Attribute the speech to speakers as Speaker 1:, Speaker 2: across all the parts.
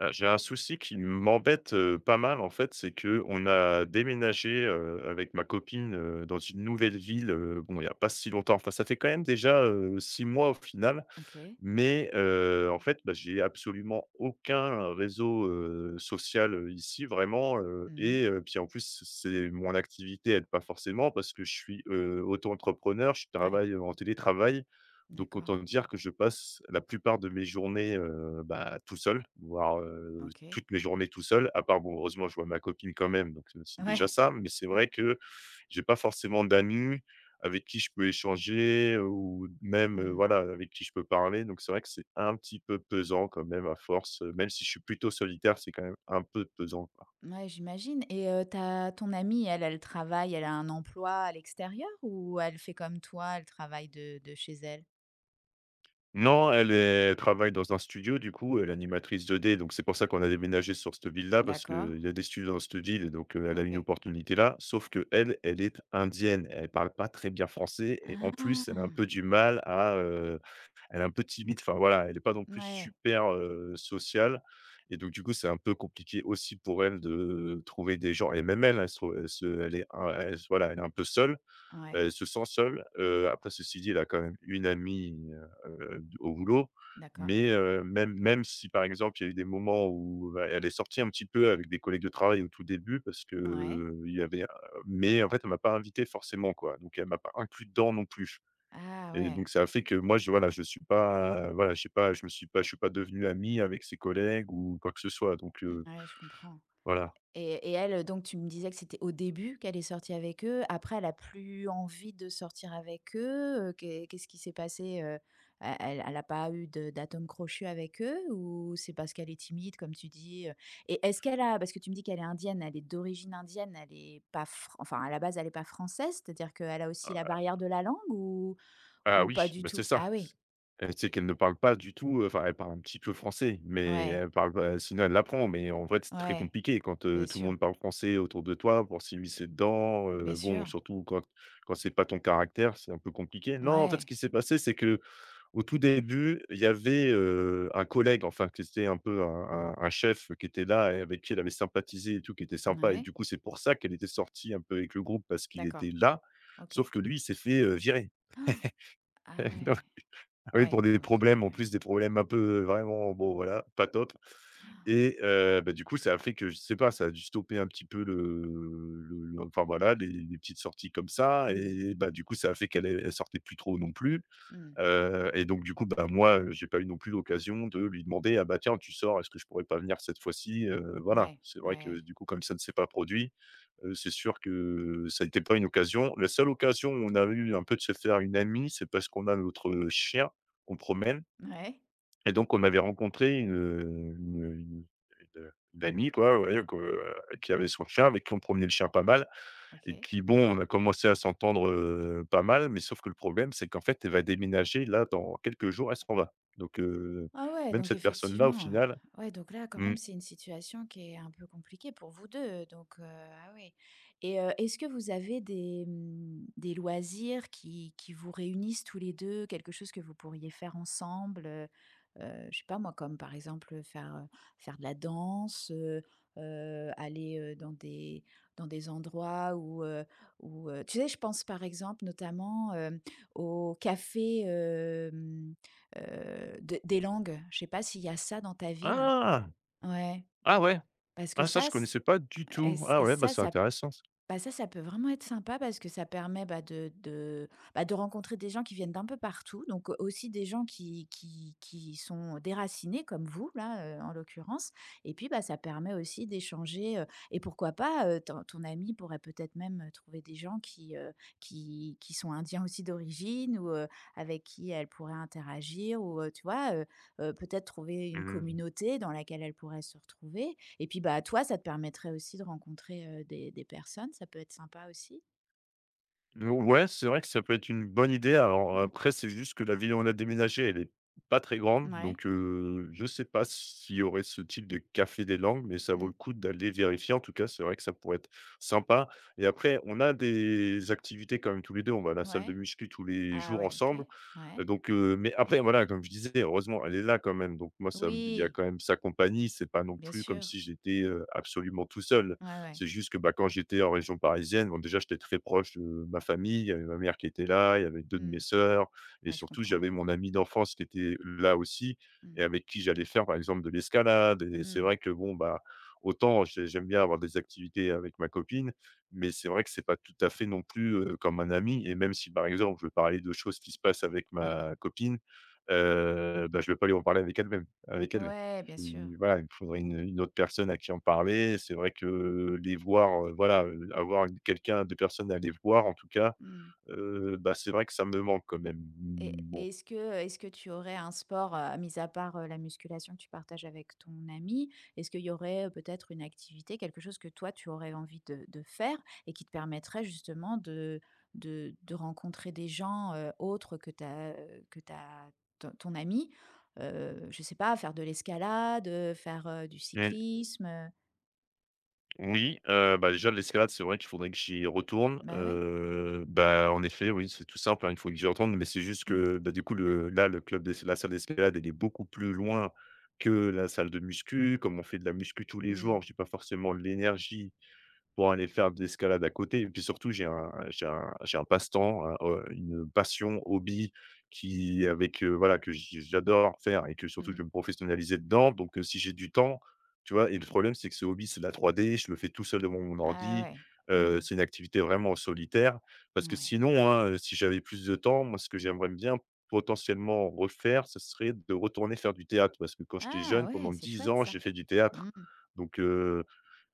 Speaker 1: J'ai un souci qui m'embête, pas mal en fait, c'est que on a déménagé, avec ma copine, dans une nouvelle ville, bon, il y a pas si longtemps. Enfin, ça fait quand même déjà, 6 mois au final.
Speaker 2: OK.
Speaker 1: Mais en fait, bah, j'ai absolument aucun réseau, social, ici vraiment,
Speaker 2: Mmh.
Speaker 1: et puis en plus, c'est mon activité aide pas forcément parce que je suis, auto-entrepreneur, je
Speaker 2: Ouais,
Speaker 1: travaille, en télétravail. Donc
Speaker 2: d'accord.
Speaker 1: autant dire que je passe la plupart de mes journées, bah, tout seul, voire,
Speaker 2: OK.
Speaker 1: toutes mes journées tout seul, à part bon heureusement je vois ma copine quand même, donc c'est déjà
Speaker 2: Ouais.
Speaker 1: ça. Mais c'est vrai que, j'ai pas forcément d'amis avec qui je peux échanger ou même,
Speaker 2: Mmh.
Speaker 1: voilà, avec qui je peux parler. Donc c'est vrai que c'est un petit peu pesant quand même à force, même si je suis plutôt solitaire, c'est quand même un peu pesant, quoi.
Speaker 2: Ouais, j'imagine. Et ta ton amie, elle, elle travaille, elle a un emploi à l'extérieur, ou elle fait comme toi, elle travaille de chez elle?
Speaker 1: Non, elle travaille dans un studio du coup, elle est animatrice 2D, donc c'est pour ça qu'on a déménagé sur cette ville-là parce
Speaker 2: D'accord,
Speaker 1: qu'il y a des studios dans cette ville et donc, elle a une
Speaker 2: OK.
Speaker 1: opportunité là. Sauf que elle est indienne, elle parle pas très bien français et en plus, elle a un
Speaker 2: Ah!
Speaker 1: peu du mal à. Elle est un peu timide, enfin voilà, elle n'est pas non plus
Speaker 2: Mouais,
Speaker 1: super, sociale. Et donc du coup, c'est un peu compliqué aussi pour elle de trouver des gens et même elle, elle se trouve elle se elle est un elle voilà, elle est un peu seule,
Speaker 2: ouais,
Speaker 1: elle se sent seule, après ceci dit, elle a quand même une amie, au boulot.
Speaker 2: d'accord,
Speaker 1: Mais même si, par exemple, il y a eu des moments où, bah, elle est sortie un petit peu avec des collègues de travail au tout début parce que
Speaker 2: ouais.
Speaker 1: il y avait. Mais en fait, elle m'a pas invité forcément, quoi, donc elle m'a pas inclus dedans non plus.
Speaker 2: Ah
Speaker 1: Et donc
Speaker 2: ouais,
Speaker 1: ça a fait que moi je voilà, je suis pas voilà, je sais pas, je suis pas devenu ami avec ses collègues ou quoi que ce soit donc
Speaker 2: mmh, ouais, je comprends.
Speaker 1: voilà.
Speaker 2: Et elle, donc tu me disais que c'était au début qu'elle est sortie avec eux. Après, elle a plus envie de sortir avec eux. Qu'est-ce qui s'est passé, heu? E Elle a pas eu de d'atome crochu avec eux, ou c'est parce qu'elle est timide comme tu dis, Et est-ce qu'elle a, parce que tu me dis qu'elle est indienne, elle est d'origine indienne, elle est pas fr, enfin à la base elle est pas française, c'est-à-dire qu'elle a aussi la
Speaker 1: Ah
Speaker 2: barrière de la langue,
Speaker 1: ah
Speaker 2: ou pas
Speaker 1: oui,
Speaker 2: du
Speaker 1: bah, c'est
Speaker 2: tout? Ah
Speaker 1: ça.
Speaker 2: oui,
Speaker 1: C'est qu'elle ne parle pas du tout, enfin elle parle un petit peu français, mais
Speaker 2: ouais,
Speaker 1: elle parle pas sinon elle l'apprend, mais en vrai c'est très
Speaker 2: ouais,
Speaker 1: compliqué quand,
Speaker 2: bien
Speaker 1: tout le
Speaker 2: sûr,
Speaker 1: monde parle français autour de toi pour s'immiscer dedans,
Speaker 2: bien
Speaker 1: bon
Speaker 2: sûr.
Speaker 1: surtout quand c'est pas ton caractère, c'est un peu compliqué. Non, en fait ce
Speaker 2: Ouais,
Speaker 1: qui s'est passé, c'est que au tout début, il y avait, un collègue, enfin, qui était un peu un chef qui était là et avec qui elle avait sympathisé et tout, qui était sympa et
Speaker 2: ouais,
Speaker 1: du coup, c'est pour ça qu'elle était sortie un peu avec le groupe parce qu'il
Speaker 2: d'accord,
Speaker 1: était là.
Speaker 2: OK.
Speaker 1: Sauf que lui, il s'est fait, virer.
Speaker 2: Ah. Ah
Speaker 1: Donc,
Speaker 2: ouais!
Speaker 1: ah oui, pour
Speaker 2: Ouais,
Speaker 1: des problèmes, en plus des problèmes un peu, vraiment, bon, voilà, pas top. Et bah, du coup, ça a fait que, je sais pas, ça a dû stopper un petit peu le enfin, voilà, les petites sorties comme ça
Speaker 2: mmh,
Speaker 1: et bah, du coup, ça a fait qu'elle elle sortait plus trop non plus.
Speaker 2: mmh,
Speaker 1: Et donc du coup, bah, moi, j'ai pas eu non plus l'occasion de lui demander: «Ah bah, tiens, tu sors, est-ce que je pourrais pas venir cette fois-ci?» Voilà.
Speaker 2: ouais,
Speaker 1: C'est vrai que
Speaker 2: ouais,
Speaker 1: du coup, comme ça ne s'est pas produit, c'est sûr que ça n'était pas une occasion. La seule occasion où on a eu un peu de se faire une amie, c'est parce qu'on a notre chien qu'on promène
Speaker 2: ouais,
Speaker 1: et donc on avait rencontré une, une une, une amie quoi, ouais, que, qui avait son chien, avec qui on promenait le chien pas mal. Et
Speaker 2: OK.
Speaker 1: puis bon, on a commencé à s'entendre, pas mal, mais sauf que le problème, c'est qu'en fait, elle va déménager là dans quelques jours, elle s'en va. Donc
Speaker 2: Ah ouais,
Speaker 1: même
Speaker 2: donc
Speaker 1: cette personne-là au
Speaker 2: effectivement,
Speaker 1: final.
Speaker 2: ouais, donc là, quand
Speaker 1: Mmh.
Speaker 2: même, c'est une situation qui est un peu compliquée pour vous deux. Ah oui, est-ce que vous avez des, mmh, des loisirs qui vous réunissent tous les deux? Quelque chose que vous pourriez faire ensemble, je sais pas moi, comme par exemple, faire de la danse, aller, dans des endroits où, où, tu sais, je pense par exemple notamment, aux cafés, hem de des langues, je sais pas s'il y a ça dans ta ville?
Speaker 1: Ah!
Speaker 2: Ouais,
Speaker 1: Ah ouais!
Speaker 2: parce que
Speaker 1: Ah ça je
Speaker 2: ça,
Speaker 1: connaissais pas du tout. Ah ouais, bah,
Speaker 2: ça
Speaker 1: c'est
Speaker 2: ça,
Speaker 1: intéressant ça.
Speaker 2: bah, ça peut vraiment être sympa, parce que ça permet, bah, de bah, de rencontrer des gens qui viennent d'un peu partout, donc aussi des gens qui sont déracinés comme vous là, en l'occurrence, et puis, bah, ça permet aussi d'échanger, et pourquoi pas, ton ami pourrait peut-être même, trouver des gens qui sont indiens aussi d'origine, ou avec qui elle pourrait interagir, ou peut-être trouver une
Speaker 1: Mmh.
Speaker 2: communauté dans laquelle elle pourrait se retrouver, et puis, bah, toi, ça te permettrait aussi de rencontrer, des personnes. Ça peut être sympa aussi.
Speaker 1: Mmh, ouais, c'est vrai que ça peut être une bonne idée. Alors
Speaker 2: Mmh.
Speaker 1: après, c'est juste que la ville où on a déménagé, elle est pas très grande,
Speaker 2: Ouais.
Speaker 1: donc je sais pas s'il y aurait ce type de café des langues, mais ça vaut le
Speaker 2: Mmh.
Speaker 1: coup d'aller vérifier. En tout cas, c'est vrai que ça pourrait être sympa. Et après, on a des activités quand même tous les 2. On va à la salle de
Speaker 2: Ouais.
Speaker 1: muscu tous les
Speaker 2: Ah
Speaker 1: jours
Speaker 2: ouais, OK.
Speaker 1: ensemble,
Speaker 2: Ouais.
Speaker 1: mais après voilà, comme je disais, heureusement, elle est là quand même, donc moi, ça il y a
Speaker 2: Oui,
Speaker 1: quand même sa compagnie. C'est pas non
Speaker 2: bien
Speaker 1: plus comme
Speaker 2: sûr.
Speaker 1: si j'étais, absolument tout seul.
Speaker 2: Ouais, ouais.
Speaker 1: C'est juste que, bah, quand j'étais en région parisienne, bon, déjà, j'étais très proche de ma famille. Il y avait ma mère qui était là, il y avait deux de mes
Speaker 2: Mmh.
Speaker 1: sœurs et
Speaker 2: Ouais, je
Speaker 1: surtout,
Speaker 2: comprends.
Speaker 1: j'avais mon ami d'enfance qui était là aussi et
Speaker 2: Mmh.
Speaker 1: avec qui j'allais faire, par exemple, de l'escalade. Et c'est
Speaker 2: Mmh.
Speaker 1: vrai que, bon, bah, autant j'aime bien avoir des activités avec ma copine, mais c'est vrai que c'est pas tout à fait non plus, comme un ami. Et même si, par exemple, je veux parler de choses qui se passent avec
Speaker 2: Mmh.
Speaker 1: ma copine, bah, je ne vais pas lui en parler avec elle.
Speaker 2: Ouais, bien sûr.
Speaker 1: Puis voilà, il me faudrait une autre personne à qui en parler. C'est vrai que les voir, voilà, avoir une quelqu'un, 2 personnes à les voir en tout cas,
Speaker 2: Mmh.
Speaker 1: bah, c'est vrai que ça me manque quand même.
Speaker 2: Et
Speaker 1: Bon.
Speaker 2: est-ce que tu aurais un sport, mis à part, la musculation, que tu partages avec ton ami? Est-ce qu'il y aurait, peut-être une activité, quelque chose que toi tu aurais envie de faire, et qui te permettrait justement de rencontrer des gens, autres que ta ton ami? Je sais pas, faire de l'escalade, faire, du
Speaker 1: Mmh,
Speaker 2: cyclisme,
Speaker 1: oui, bah, déjà l'escalade, c'est vrai qu'il faudrait que j'y retourne,
Speaker 2: Bah ouais.
Speaker 1: bah, en effet, oui, c'est tout simple, hein, il faut que j'y retourne, mais c'est juste
Speaker 2: Mmh.
Speaker 1: que, bah, du coup, le là, le club d'es la salle d'escalade, elle est beaucoup plus loin que la salle de muscu. Comme on fait de la muscu tous les jours, j'ai pas forcément l'énergie pour aller faire de l'escalade à côté. Et puis surtout j'ai un passe-temps, un, une passion, hobby qui avec, voilà que j'adore faire et que surtout je
Speaker 2: Mmh.
Speaker 1: vais me professionnaliser dedans donc si j'ai du temps, tu vois? Et le problème c'est que ce hobby, c'est de la 3D, je le fais tout seul devant mon
Speaker 2: Ah
Speaker 1: ordi,
Speaker 2: ouais. Mmh.
Speaker 1: c'est une activité vraiment solitaire parce que
Speaker 2: Ouais.
Speaker 1: sinon, hein, si j'avais plus de temps, moi ce que j'aimerais bien potentiellement refaire, ce serait de retourner faire du théâtre parce que quand j'étais
Speaker 2: Ah
Speaker 1: jeune pendant
Speaker 2: ouais, c'est
Speaker 1: 10
Speaker 2: chouette
Speaker 1: ans,
Speaker 2: ça.
Speaker 1: j'ai fait du théâtre
Speaker 2: Mmh.
Speaker 1: donc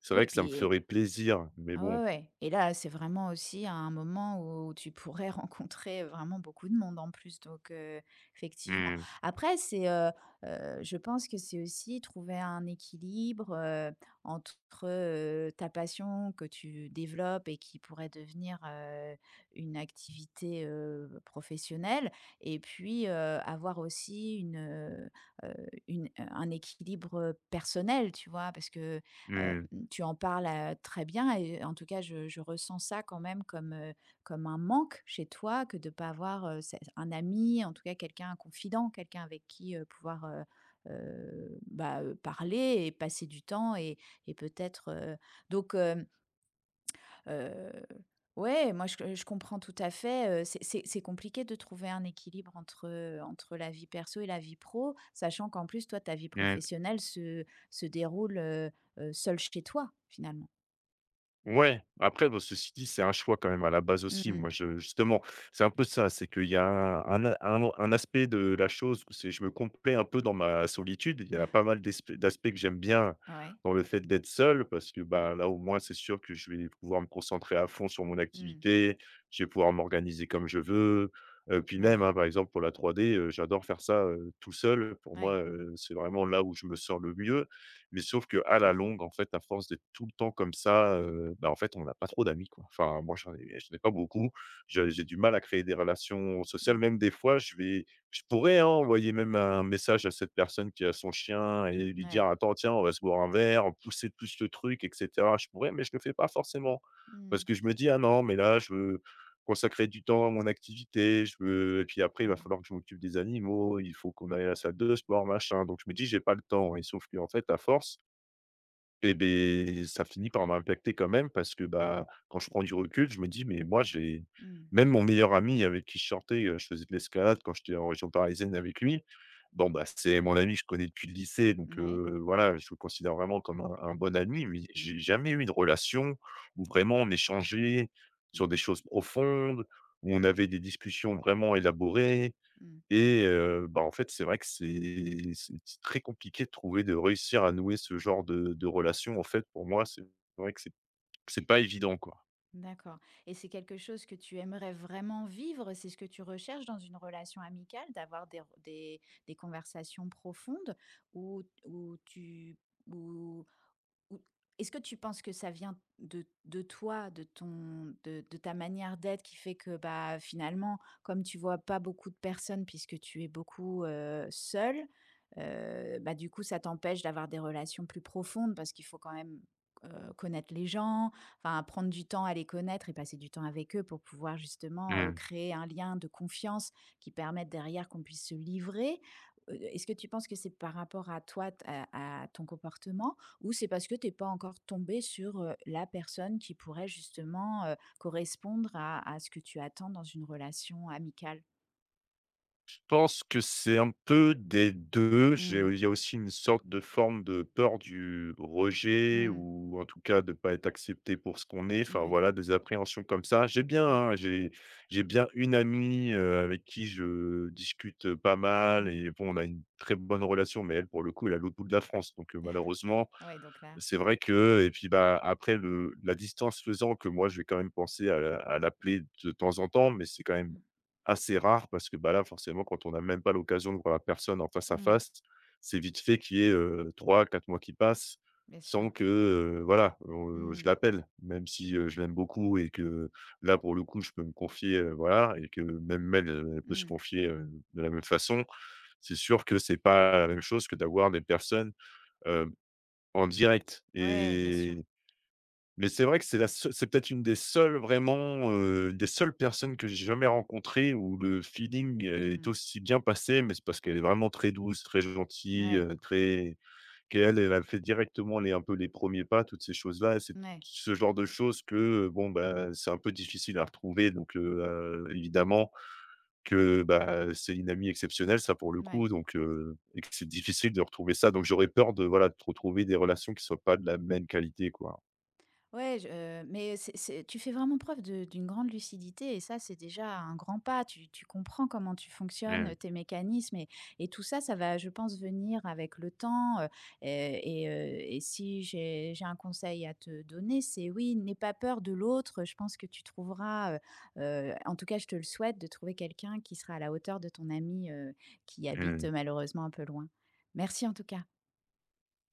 Speaker 1: c'est
Speaker 2: Oui,
Speaker 1: vrai
Speaker 2: et
Speaker 1: que ça me
Speaker 2: puis
Speaker 1: ferait plaisir, mais
Speaker 2: ah
Speaker 1: bon.
Speaker 2: ouais, ouais, et là, c'est vraiment aussi un moment où tu pourrais rencontrer vraiment beaucoup de monde en plus, donc effectivement.
Speaker 1: Mmh,
Speaker 2: Après c'est, je pense que c'est aussi trouver un équilibre, entre, ta passion que tu développes et qui pourrait devenir, une activité, professionnelle, et puis, avoir aussi heu, une un équilibre personnel, tu vois? Parce que Heu,
Speaker 1: mmh,
Speaker 2: tu en parles, très bien, et en tout cas, je ressens ça quand même comme, comme un manque chez toi, que de ne pas avoir, cet un ami, en tout cas quelqu'un, un confident, quelqu'un avec qui, pouvoir, bah, parler et passer du temps, et peut-être, donc Heu, ouais, moi je comprends tout à fait. C'est compliqué de trouver un équilibre entre, entre la vie perso et la vie pro, sachant qu'en plus toi ta vie
Speaker 1: mmh.
Speaker 2: professionnelle se déroule, seule chez toi, finalement?
Speaker 1: Ouais, après, bon, ceci dit, c'est un choix quand même à la base aussi.
Speaker 2: Mmh.
Speaker 1: Moi, je justement, c'est un peu ça, c'est qu'il y a un aspect de la chose où c'est, je me complais un peu dans ma solitude. Il y a pas mal d'aspects que j'aime bien
Speaker 2: Ouais.
Speaker 1: dans le fait d'être seul, parce que
Speaker 2: Mmh.
Speaker 1: bah, là, au moins, c'est sûr que je vais pouvoir me concentrer à fond sur mon
Speaker 2: Mmh.
Speaker 1: activité, je vais pouvoir m'organiser comme je veux. Puis même,
Speaker 2: Ouais.
Speaker 1: hein, par exemple, pour la 3D, j'adore faire ça tout seul. Pour moi,
Speaker 2: Ouais.
Speaker 1: c'est vraiment là où je me sens le mieux. Mais sauf que à
Speaker 2: Je
Speaker 1: la
Speaker 2: comprends.
Speaker 1: longue, en fait, à force d'être tout le temps comme ça, bah, en fait, on n'a pas trop d'amis, quoi. Enfin, moi, j'en ai pas beaucoup. Je J'ai du mal à créer des relations sociales.
Speaker 2: Mmh.
Speaker 1: Même des fois, je pourrais, hein, envoyer même un message à cette personne qui a son chien et lui dire:
Speaker 2: Ouais.
Speaker 1: «Attends, tiens, on va se boire un verre», pousser plus le truc et cetera. Je pourrais, mais je le fais pas forcément. Parce
Speaker 2: Mmh.
Speaker 1: que je me dis: «Ah non, mais là, je veux consacrer du temps à mon activité, je veux» et puis après, il va
Speaker 2: Mmh.
Speaker 1: falloir que je m'occupe des animaux, il faut qu'on aille à la salle de sport, machin. Donc je me dis: «J'ai pas le temps» et sauf que en fait, à force et beh, ça finit par m'impacter quand même parce que, bah, quand je prends du recul, je me dis: «Mais moi, j'ai»
Speaker 2: Mmh.
Speaker 1: même mon meilleur ami avec qui je sortais, je faisais de l'escalade quand j'étais en région parisienne avec lui. Bon, bah, c'est mon ami que je connais depuis le lycée, donc
Speaker 2: Ouais.
Speaker 1: voilà, je le considère vraiment comme un bon ami, mais
Speaker 2: Mmh.
Speaker 1: j'ai jamais eu de relation où vraiment on échangeait sur des
Speaker 2: Mmh.
Speaker 1: choses profondes, où on avait des discussions vraiment élaborées.
Speaker 2: Mmh.
Speaker 1: Et bah, en fait, c'est vrai que c'est très compliqué de trouver de réussir à nouer ce genre de relation. En fait, pour moi, c'est vrai que c'est pas évident, quoi.
Speaker 2: D'accord, et c'est quelque chose que tu aimerais vraiment vivre? C'est ce que tu recherches dans une relation amicale, d'avoir des conversations profondes, où tu où ou est-ce que tu penses que ça vient de toi, de ton de ta manière d'être, qui fait que, bah, finalement, comme tu vois pas beaucoup de personnes puisque tu es beaucoup, seule, bah, du coup, ça t'empêche d'avoir des relations plus profondes, parce qu'il faut quand même, connaître les gens, enfin, prendre du temps à les connaître et passer du temps avec eux, pour pouvoir justement,
Speaker 1: Mmh.
Speaker 2: créer un lien de confiance qui permette derrière qu'on puisse se livrer? Est-ce que tu penses que c'est par rapport à toi, t à ton comportement, ou c'est parce que tu es pas encore tombé sur, la personne qui pourrait justement, correspondre à ce que tu attends dans une relation amicale?
Speaker 1: Je pense que c'est un peu des deux. J'ai
Speaker 2: Mmh.
Speaker 1: Il y a aussi une sorte de forme de peur du rejet
Speaker 2: Mmh.
Speaker 1: ou en tout cas de ne pas être accepté pour ce qu'on est. Enfin
Speaker 2: Ouais.
Speaker 1: voilà, des appréhensions comme ça. J'ai bien,
Speaker 2: Mmh.
Speaker 1: hein, j'ai j'ai bien une amie, avec qui je discute, pas mal
Speaker 2: Mmh.
Speaker 1: et bon, on a une très bonne relation, mais elle, pour le coup, elle est à l'autre bout de la France donc malheureusement
Speaker 2: Ouais, donc là,
Speaker 1: c'est vrai que et puis, bah, après le la distance faisant que moi, je vais quand même penser à l'appeler de temps en temps, mais c'est quand même
Speaker 2: mmh.
Speaker 1: assez rare parce que, bah, là, forcément, quand on n'a même pas l'occasion de voir la personne en face à
Speaker 2: Mmh.
Speaker 1: face, c'est vite fait qu'il y ait, 3-4 mois qui passent
Speaker 2: Bien sûr.
Speaker 1: sans que, voilà, on je
Speaker 2: Mmh.
Speaker 1: l'appelle. Même si, je l'aime beaucoup et que là, pour le coup, je peux me confier, voilà et que même elle, elle peut se
Speaker 2: Mmh.
Speaker 1: confier, de la même façon. C'est sûr que c'est pas la même chose que d'avoir des personnes, en direct.
Speaker 2: Ouais, bien sûr.
Speaker 1: Et mais c'est vrai que c'est peut-être une des seules vraiment, des seules personnes que j'ai jamais rencontrées où le feeling est
Speaker 2: Mmh.
Speaker 1: aussi bien passé, mais c'est parce qu'elle est vraiment très douce, très gentille,
Speaker 2: Ouais.
Speaker 1: très qu'elle, elle a fait directement les un peu les premiers pas, toutes ces choses-là. C'est
Speaker 2: Ouais.
Speaker 1: ce genre de choses que, bon, bah, c'est un peu difficile à retrouver donc évidemment que, bah, c'est une amie exceptionnelle, ça, pour le coup,
Speaker 2: Ouais.
Speaker 1: donc et que c'est difficile de retrouver ça, donc j'aurais peur de, voilà, de retrouver des relations qui soient pas de la même qualité, quoi.
Speaker 2: Ouais, je, mais c'est tu fais vraiment preuve de d'une grande lucidité, et ça, c'est déjà un grand pas. Tu comprends comment tu
Speaker 1: Mmh,
Speaker 2: fonctionnes, tes mécanismes, et tout ça, ça va, je pense, venir avec le temps, et si j'ai un conseil à te donner, c'est oui, n'aie pas peur de l'autre. Je pense que tu trouveras, en tout cas, je te le souhaite, de trouver quelqu'un qui sera à la hauteur de ton ami, qui habite,
Speaker 1: mh.
Speaker 2: malheureusement un peu loin. Merci en tout cas.